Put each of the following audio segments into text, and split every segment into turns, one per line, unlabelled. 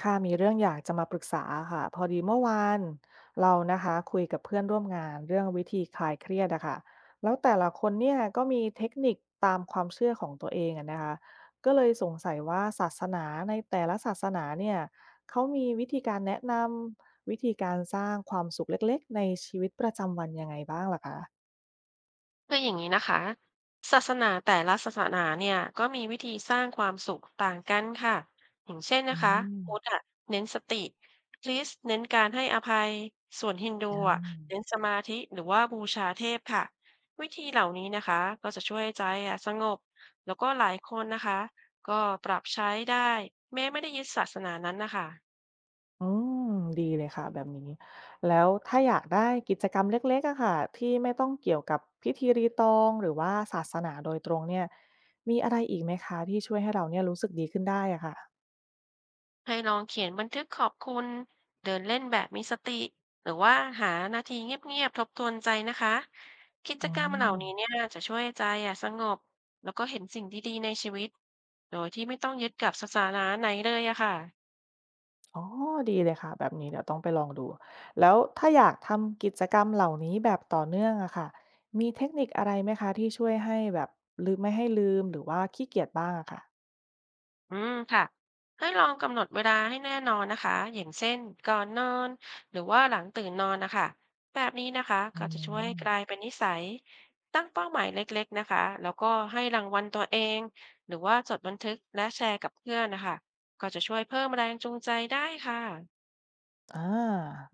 ค่ะมีเรื่องอยากจะมาปรึกษาค่ะพอดีเมื่อวานเรานะคะคุยกับเพื่อนร่วมงานเรื่องวิธีคลายเครียดอะค่ะแล้วแต่ละคนเนี่ยก็มีเทคนิคตามความเชื่อของตัวเองอะนะคะก็เลยสงสัยว่าศาสนาในแต่ละศาสนาเนี่ยเขามีวิธีการแนะนำวิธีการสร้างความสุขเล็กๆในชีวิตประจำวันยังไงบ้างล่ะคะ
คืออย่างนี้นะคะศาสนาแต่ละศาสนาเนี่ยก็มีวิธีสร้างความสุขต่างกันค่ะอย่างเช่น
อื
นะคะ
ม
พุทธอะเน้นสติคริสต์เน้นการให้อภัยส่วนฮินดูอะเน้นสมาธิหรือว่าบูชาเทพค่ะวิธีเหล่านี้นะคะก็จะช่วยให้ใจอะสงบแล้วก็หลายคนนะคะก็ปรับใช้ได้แม้ไม่ได้ยึดศาสนานั้นนะคะ
อืมดีเลยค่ะแบบนี้แล้วถ้าอยากได้กิจกรรมเล็กๆอะค่ะที่ไม่ต้องเกี่ยวกับพิธีรีตองหรือว่าศาสนาโดยตรงเนี่ยมีอะไรอีกไหมคะที่ช่วยให้เราเนี่ยรู้สึกดีขึ้นได้อะค่ะ
ให้ลองเขียนบันทึกขอบคุณเดินเล่นแบบมีสติหรือว่าหานาทีเงียบๆทบทวนใจนะคะกิจ
อื
กรรมเหล่า
ม
นี้เนี่ยจะช่วยให้ใจอ่ะสงบแล้วก็เห็นสิ่งดีๆในชีวิตโดยที่ไม่ต้องยึดกับสถานะไหนเลยอะค่ะ
อ๋อดีเลยค่ะแบบนี้เดี๋ยวต้องไปลองดูแล้วถ้าอยากทำกิจกรรมเหล่านี้แบบต่อเนื่องอะค่ะมีเทคนิคอะไรไหมคะที่ช่วยให้แบบลืมไม่ให้ลืมหรือว่าขี้เกียจบ้างอะค่ะ
อืมค่ะให้ลองกำหนดเวลาให้แน่นอนนะคะอย่างเช่นก่อนนอนหรือว่าหลังตื่นนอนนะคะแบบนี้นะคะก็
อื
จะช่วยให้
ม
กลายเป็นนิสัยตั้งเป้าหมายเล็กๆนะคะแล้วก็ให้รางวัลตัวเองหรือว่าจดบันทึกและแชร์กับเพื่อนนะคะก็จะช่วยเพิ่มแรงจูงใจได้ค่ะ
อา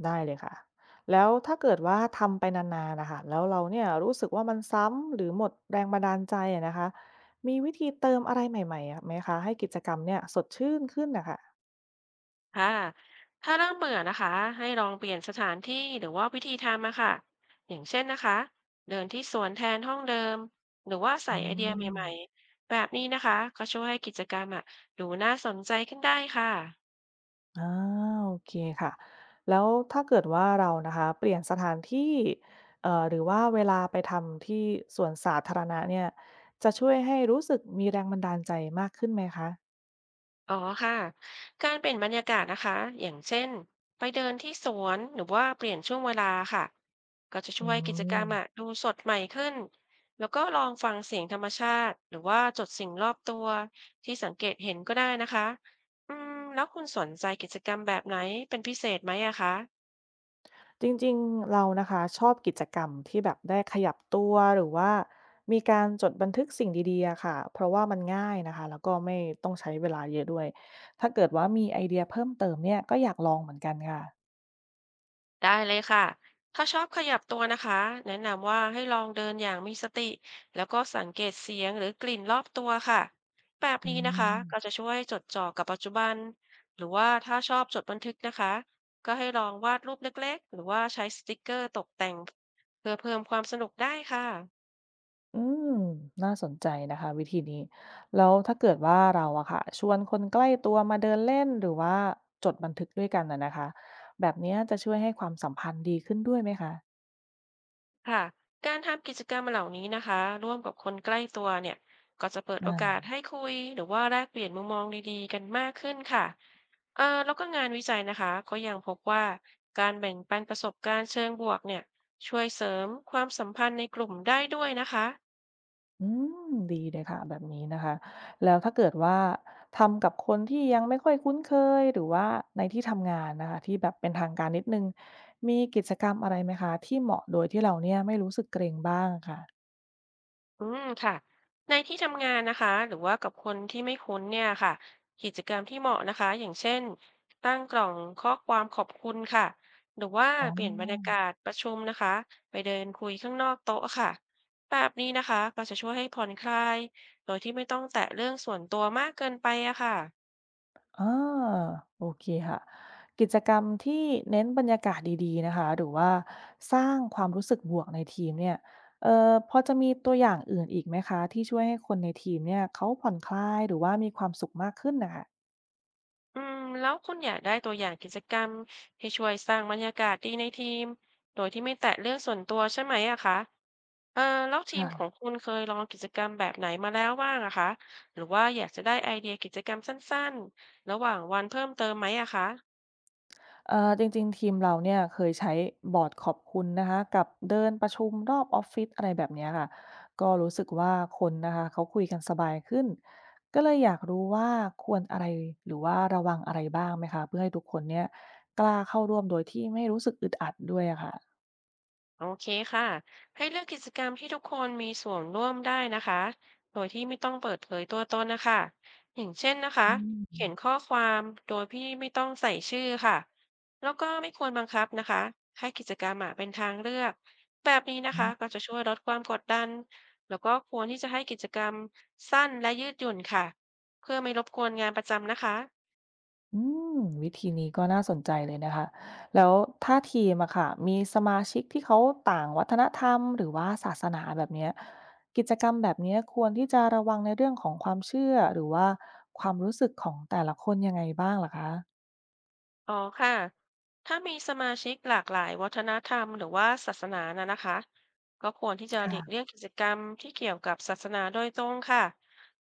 ได้เลยค่ะแล้วถ้าเกิดว่าทำไปนานๆนะคะแล้วเราเนี่ยรู้สึกว่ามันซ้ำหรือหมดแรงบันดาลใจอะนะคะมีวิธีเติมอะไรใหม่ๆอะไหมคะให้กิจกรรมเนี่ยสดชื่นขึ้นน่ะค่ะ
ค่ะถ้าเริ่มเบื่อนะคะให้ลองเปลี่ยนสถานที่หรือว่าวิธีทำอะค่ะอย่างเช่นนะคะเดินที่สวนแทนห้องเดิมหรือว่าใส่
อื
ไอเดียใหม่
ม
ๆแบบนี้นะคะก็ช่วยให้กิจกรรมอะดูน่าสนใจขึ้นได้ค่ะ
อาโอเคค่ะแล้วถ้าเกิดว่าเรานะคะเปลี่ยนสถานที่หรือว่าเวลาไปทำที่สวนสาธารณะเนี่ยจะช่วยให้รู้สึกมีแรงบันดาลใจมากขึ้นไหมคะ
อ๋อค่ะการเปลี่ยนบรรยากาศนะคะอย่างเช่นไปเดินที่สวนหรือว่าเปลี่ยนช่วงเวลาค่ะก็จะ
อื
ช่วยกิจกรร
ม
มอะดูสดใหม่ขึ้นแล้วก็ลองฟังเสียงธรรมชาติหรือว่าจดสิ่งรอบตัวที่สังเกตเห็นก็ได้นะคะอืมแล้วคุณสนใจกิจกรรมแบบไหนเป็นพิเศษไหมอะคะ
จริงๆเรานะคะชอบกิจกรรมที่แบบได้ขยับตัวหรือว่ามีการจดบันทึกสิ่งดีๆอะค่ะเพราะว่ามันง่ายนะคะแล้วก็ไม่ต้องใช้เวลาเยอะด้วยถ้าเกิดว่ามีไอเดียเพิ่มเติมเนี่ยก็อยากลองเหมือนกันค่ะ
ได้เลยค่ะ ถ้าชอบขยับตัวนะคะแนะนำว่าให้ลองเดินอย่างมีสติแล้วก็สังเกตเสียงหรือกลิ่นรอบตัวค่ะแบบ
อื
นี้นะคะก็จะ
ม
ช่วยจดจ่อกับปัจจุบันหรือว่าถ้าชอบจดบันทึกนะคะก็ให้ลองวาดรูปเล็กๆหรือว่าใช้สติกเกอร์ตกแต่งเพื่อเพิ่มความสนุกได้ค่ะ
อืมน่าสนใจนะคะวิธีนี้แล้วถ้าเกิดว่าเราอะค่ะชวนคนใกล้ตัวมาเดินเล่นหรือว่าจดบันทึกด้วยกันอะนะคะแบบเนี้ยจะช่วยให้ความสัมพันธ์ดีขึ้นด้วยไหมคะ
ค่ะการทำกิจกรรมเหล่านี้นะคะร่วมกับคนใกล้ตัวเนี่ยก็จะเปิดโอกาส
อา
ให้คุยหรือว่าแลกเปลี่ยนมุมมองดีๆกันมากขึ้นค่ะเออแล้วก็งานวิจัยนะคะก็ยังพบว่าการแบ่งปันประสบการณ์เชิงบวกเนี่ยช่วยเสริมความสัมพันธ์ในกลุ่มได้ด้วยนะคะ
อืมดีเลยค่ะแบบนี้นะคะแล้วถ้าเกิดว่าทำกับคนที่ยังไม่ค่อยคุ้นเคยหรือว่าในที่ทำงานนะคะที่แบบเป็นทางการนิดนึงมีกิจกรรมอะไรไหมคะที่เหมาะโดยที่เราเนี่ยไม่รู้สึกเกรงบ้างค่ะ
อืมค่ะในที่ทำงานนะคะหรือว่ากับคนที่ไม่คุ้นเนี่ยค่ะกิจกรรมที่เหมาะนะคะอย่างเช่นตั้งกล่องข้อความขอบคุณค่ะหรือว่า
อ๋
เปลี่ยนบรรยา
อ
กาศประชุมนะคะไปเดินคุยข้างนอกโต๊ะค่ะแบบนี้นะคะก็จะช่วยให้ผ่อนคลายโดยที่ไม่ต้องแตะเรื่องส่วนตัวมากเกินไปอะค่ะ
อาโอเคค่ะกิจกรรมที่เน้นบรรยากาศดีๆนะคะหรือว่าสร้างความรู้สึกบวกในทีมเนี่ยพอจะมีตัวอย่างอื่นอีกไหมคะที่ช่วยให้คนในทีมเนี่ยเขาผ่อนคลายหรือว่ามีความสุขมากขึ้นนะค
อืมแล้วคุณอยากได้ตัวอย่างกิจกรรมที่ช่วยสร้างบรรยากาศดีในทีมโดยที่ไม่แตะเรื่องส่วนตัวใช่ไหมอะคะเอ่อแล้วทีมของ
่ะ
คุณเคยลองกิจกรรมแบบไหนมาแล้วบ้างอะคะหรือว่าอยากจะได้ไอเดียกิจกรรมสั้นๆระหว่างวันเพิ่มเติมไหมอะคะ
จริงๆทีมเราเนี่ยเคยใช้บอร์ดขอบคุณนะคะกับเดินประชุมรอบออฟฟิศอะไรแบบเนี้ยค่ะก็รู้สึกว่าคนนะคะเขาคุยกันสบายขึ้นก็เลยอยากรู้ว่าควรอะไรหรือว่าระวังอะไรบ้างไหมคะเพื่อให้ทุกคนเนี่ยกล้าเข้าร่วมโดยที่ไม่รู้สึกอึดอัดด้วยอะค่ะ
โอเคค่ะให้เลือกกิจกรรมที่ทุกคนมีส่วนร่วมได้นะคะโดยที่ไม่ต้องเปิดเผยตัวตนนะคะอย่างเช่นนะคะเขียนข้อความโดยที่ไม่ต้องใส่ชื่อค่ะแล้วก็ไม่ควรบังคับนะคะให้กิจกรรมอะเป็นทางเลือกแบบนี้นะคะก็จะช่วยลดความกดดันแล้วก็ควรที่จะให้กิจกรรมสั้นและยืดหยุ่นค่ะเพื่อไม่รบกวนงานประจำนะคะ
อืมวิธีนี้ก็น่าสนใจเลยนะคะ แล้วถ้าทีมอะค่ะมีสมาชิกที่เขาต่างวัฒนธรรมหรือว่าศาสนาแบบเนี้ยกิจกรรมแบบเนี้ยควรที่จะระวังในเรื่องของความเชื่อหรือว่าความรู้สึกของแต่ละคนยังไงบ้างล่ะคะ
อ๋อค่ะถ้ามีสมาชิกหลากหลายวัฒนธรรมหรือว่าศาสนานะนะคะก็ควรที่จะหลีกเลี่
ค่ะ
ยงกิจกรรมที่เกี่ยวกับศาสนาโดยตรงค่ะ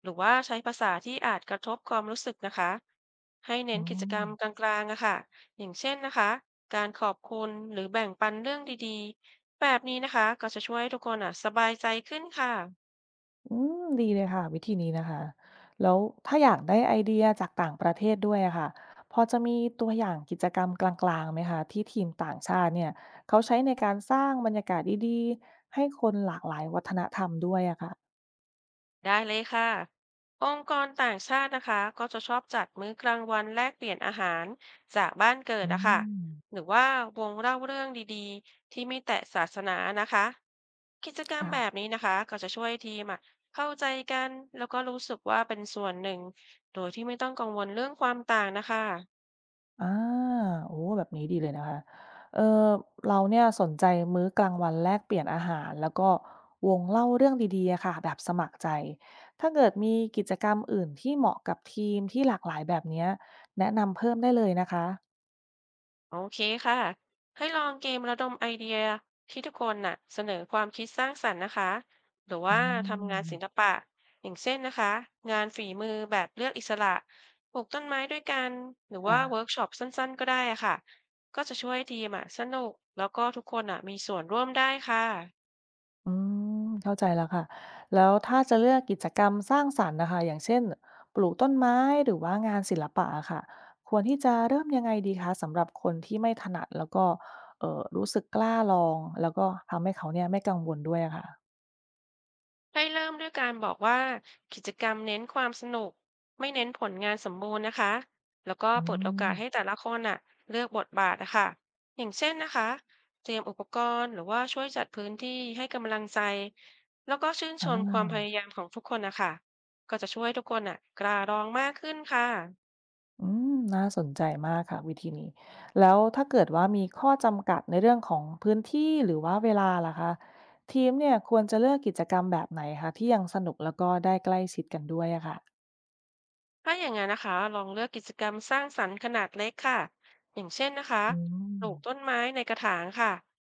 หรือว่าใช้ภาษาที่อาจกระทบความรู้สึกนะคะให้เน้
อื
นกิจ
ม
กรรมกลางๆอะค่ะอย่างเช่นนะคะการขอบคุณหรือแบ่งปันเรื่องดีๆแบบนี้นะคะก็จะช่วยให้ทุกคนอะสบายใจขึ้นค่ะ
อืมดีเลยค่ะวิธีนี้นะคะแล้วถ้าอยากได้ไอเดียจากต่างประเทศด้วยอะค่ะพอจะมีตัวอย่างกิจกรรมกลางๆไหมคะที่ทีมต่างชาติเนี่ยเขาใช้ในการสร้างบรรยากาศดีๆให้คนหลากหลายวัฒนธรรมด้วยอะค่ะ
ได้เลยค่ะองค์กรต่างชาตินะคะก็จะชอบจัดมื้อกลางวันแลกเปลี่ยนอาหารจากบ้านเกิด
อื
นะคะห
ม
รือว่าวงเล่าเรื่องดีๆที่ไม่แตะศาสนานะคะกิจกรรม
ค่ะ
แบบนี้นะคะก็จะช่วยทีมอะเข้าใจกันแล้วก็รู้สึกว่าเป็นส่วนหนึ่งโดยที่ไม่ต้องกังวลเรื่องความต่างนะคะ
อาโอ้แบบนี้ดีเลยนะคะเอ่อเราเนี่ยสนใจมื้อกลางวันแลกเปลี่ยนอาหารแล้วก็วงเล่าเรื่องดีๆอะค่ะแบบสมัครใจ ถ้าเกิดมีกิจกรรมอื่นที่เหมาะกับทีมที่หลากหลายแบบเนี้ยแนะนำเพิ่มได้เลยนะคะ
โอเคค่ะ ให้ลองเกมระดมไอเดียที่ทุกคนน่ะเสนอความคิดสร้างสรรค์นะคะ หรือ
อื
ว่าทำงาน
ม
ศิลปะอย่างเช่นนะคะงานฝีมือแบบเลือกอิสระปลูกต้นไม้ด้วยกันหรือว่า
ค่ะ
เวิร์กช็อปสั้นๆก็ได้อะค่ะก็จะช่วยให้ทีมอ่ะสนุกแล้วก็ทุกคนอ่ะมีส่วนร่วมได้ค่ะ
อืมเข้าใจแล้วค่ะแล้วถ้าจะเลือกกิจกรรมสร้างสรรค์นะคะอย่างเช่นปลูกต้นไม้ หรือว่างานศิลปะอะค่ะควรที่จะเริ่มยังไงดีคะสำหรับคนที่ไม่ถนัดแล้วก็รู้สึกกล้าลองแล้วก็ทำให้เขาเนี่ยไม่กังวลด้วยอะค่ะ
ให้เริ่มด้วยการบอกว่ากิจกรรมเน้นความสนุกไม่เน้นผลงานสมบูรณ์นะคะแล้วก็
อื
เปิดโอ
ม
กาสให้แต่ละคนน่ะเลือกบทบาทอะค่ะอย่างเช่นนะคะเตรียมอุปกรณ์หรือว่าช่วยจัดพื้นที่ให้กำลังใจแล้วก็ชื่น
อ
ชมความพยา
า
ยามของทุกคนนะคะก็จะช่วยให้ทุกคนน่ะกล้าลองมากขึ้นค่ะ
อืมน่าสนใจมากค่ะวิธีนี้แล้วถ้าเกิดว่ามีข้อจำกัดในเรื่องของพื้นที่ หรือว่าเวลาล่ะคะทีมเนี่ยควรจะเลือกกิจกรรมแบบไหนคะที่ยังสนุกแล้วก็ได้ใกล้ชิดกันด้วยอะค่ะ
ถ้าอย่างนั้นนะคะลองเลือกกิจกรรมสร้างสรรค์ขนาดเล็กค่ะอย่างเช่นนะคะ
อืม
ปลูกต้นไม้ในกระถางค่ะ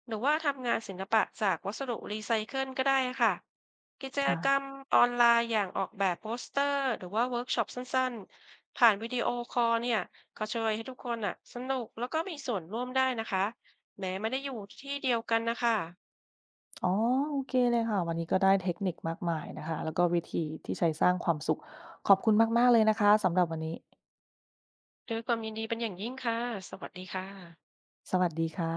หรือว่าทำงานศิลปะจากวัสดุรีไซเคิลก็ได้ค่ะกิจ
ค่ะ
กรรมออนไลน์อย่างออกแบบโปสเตอร์หรือว่าเวิร์กช็อปสั้นๆผ่านวิดีโอคอลเนี่ยก็ช่วยให้ทุกคนอ่ะสนุกแล้วก็มีส่วนร่วมได้นะคะแม้ไม่ได้อยู่ที่เดียวกันนะคะ
อ๋อ โอเคเลยค่ะ วันนี้ก็ได้เทคนิคมากมายนะคะ แล้วก็วิธีที่ใช้สร้างความสุข ขอบคุณมากๆเลยนะคะสำหรับวันนี้
ด้วยความยินดีเป็นอย่างยิ่งค่ะสวัสดีค่ะ
สวัสดีค่ะ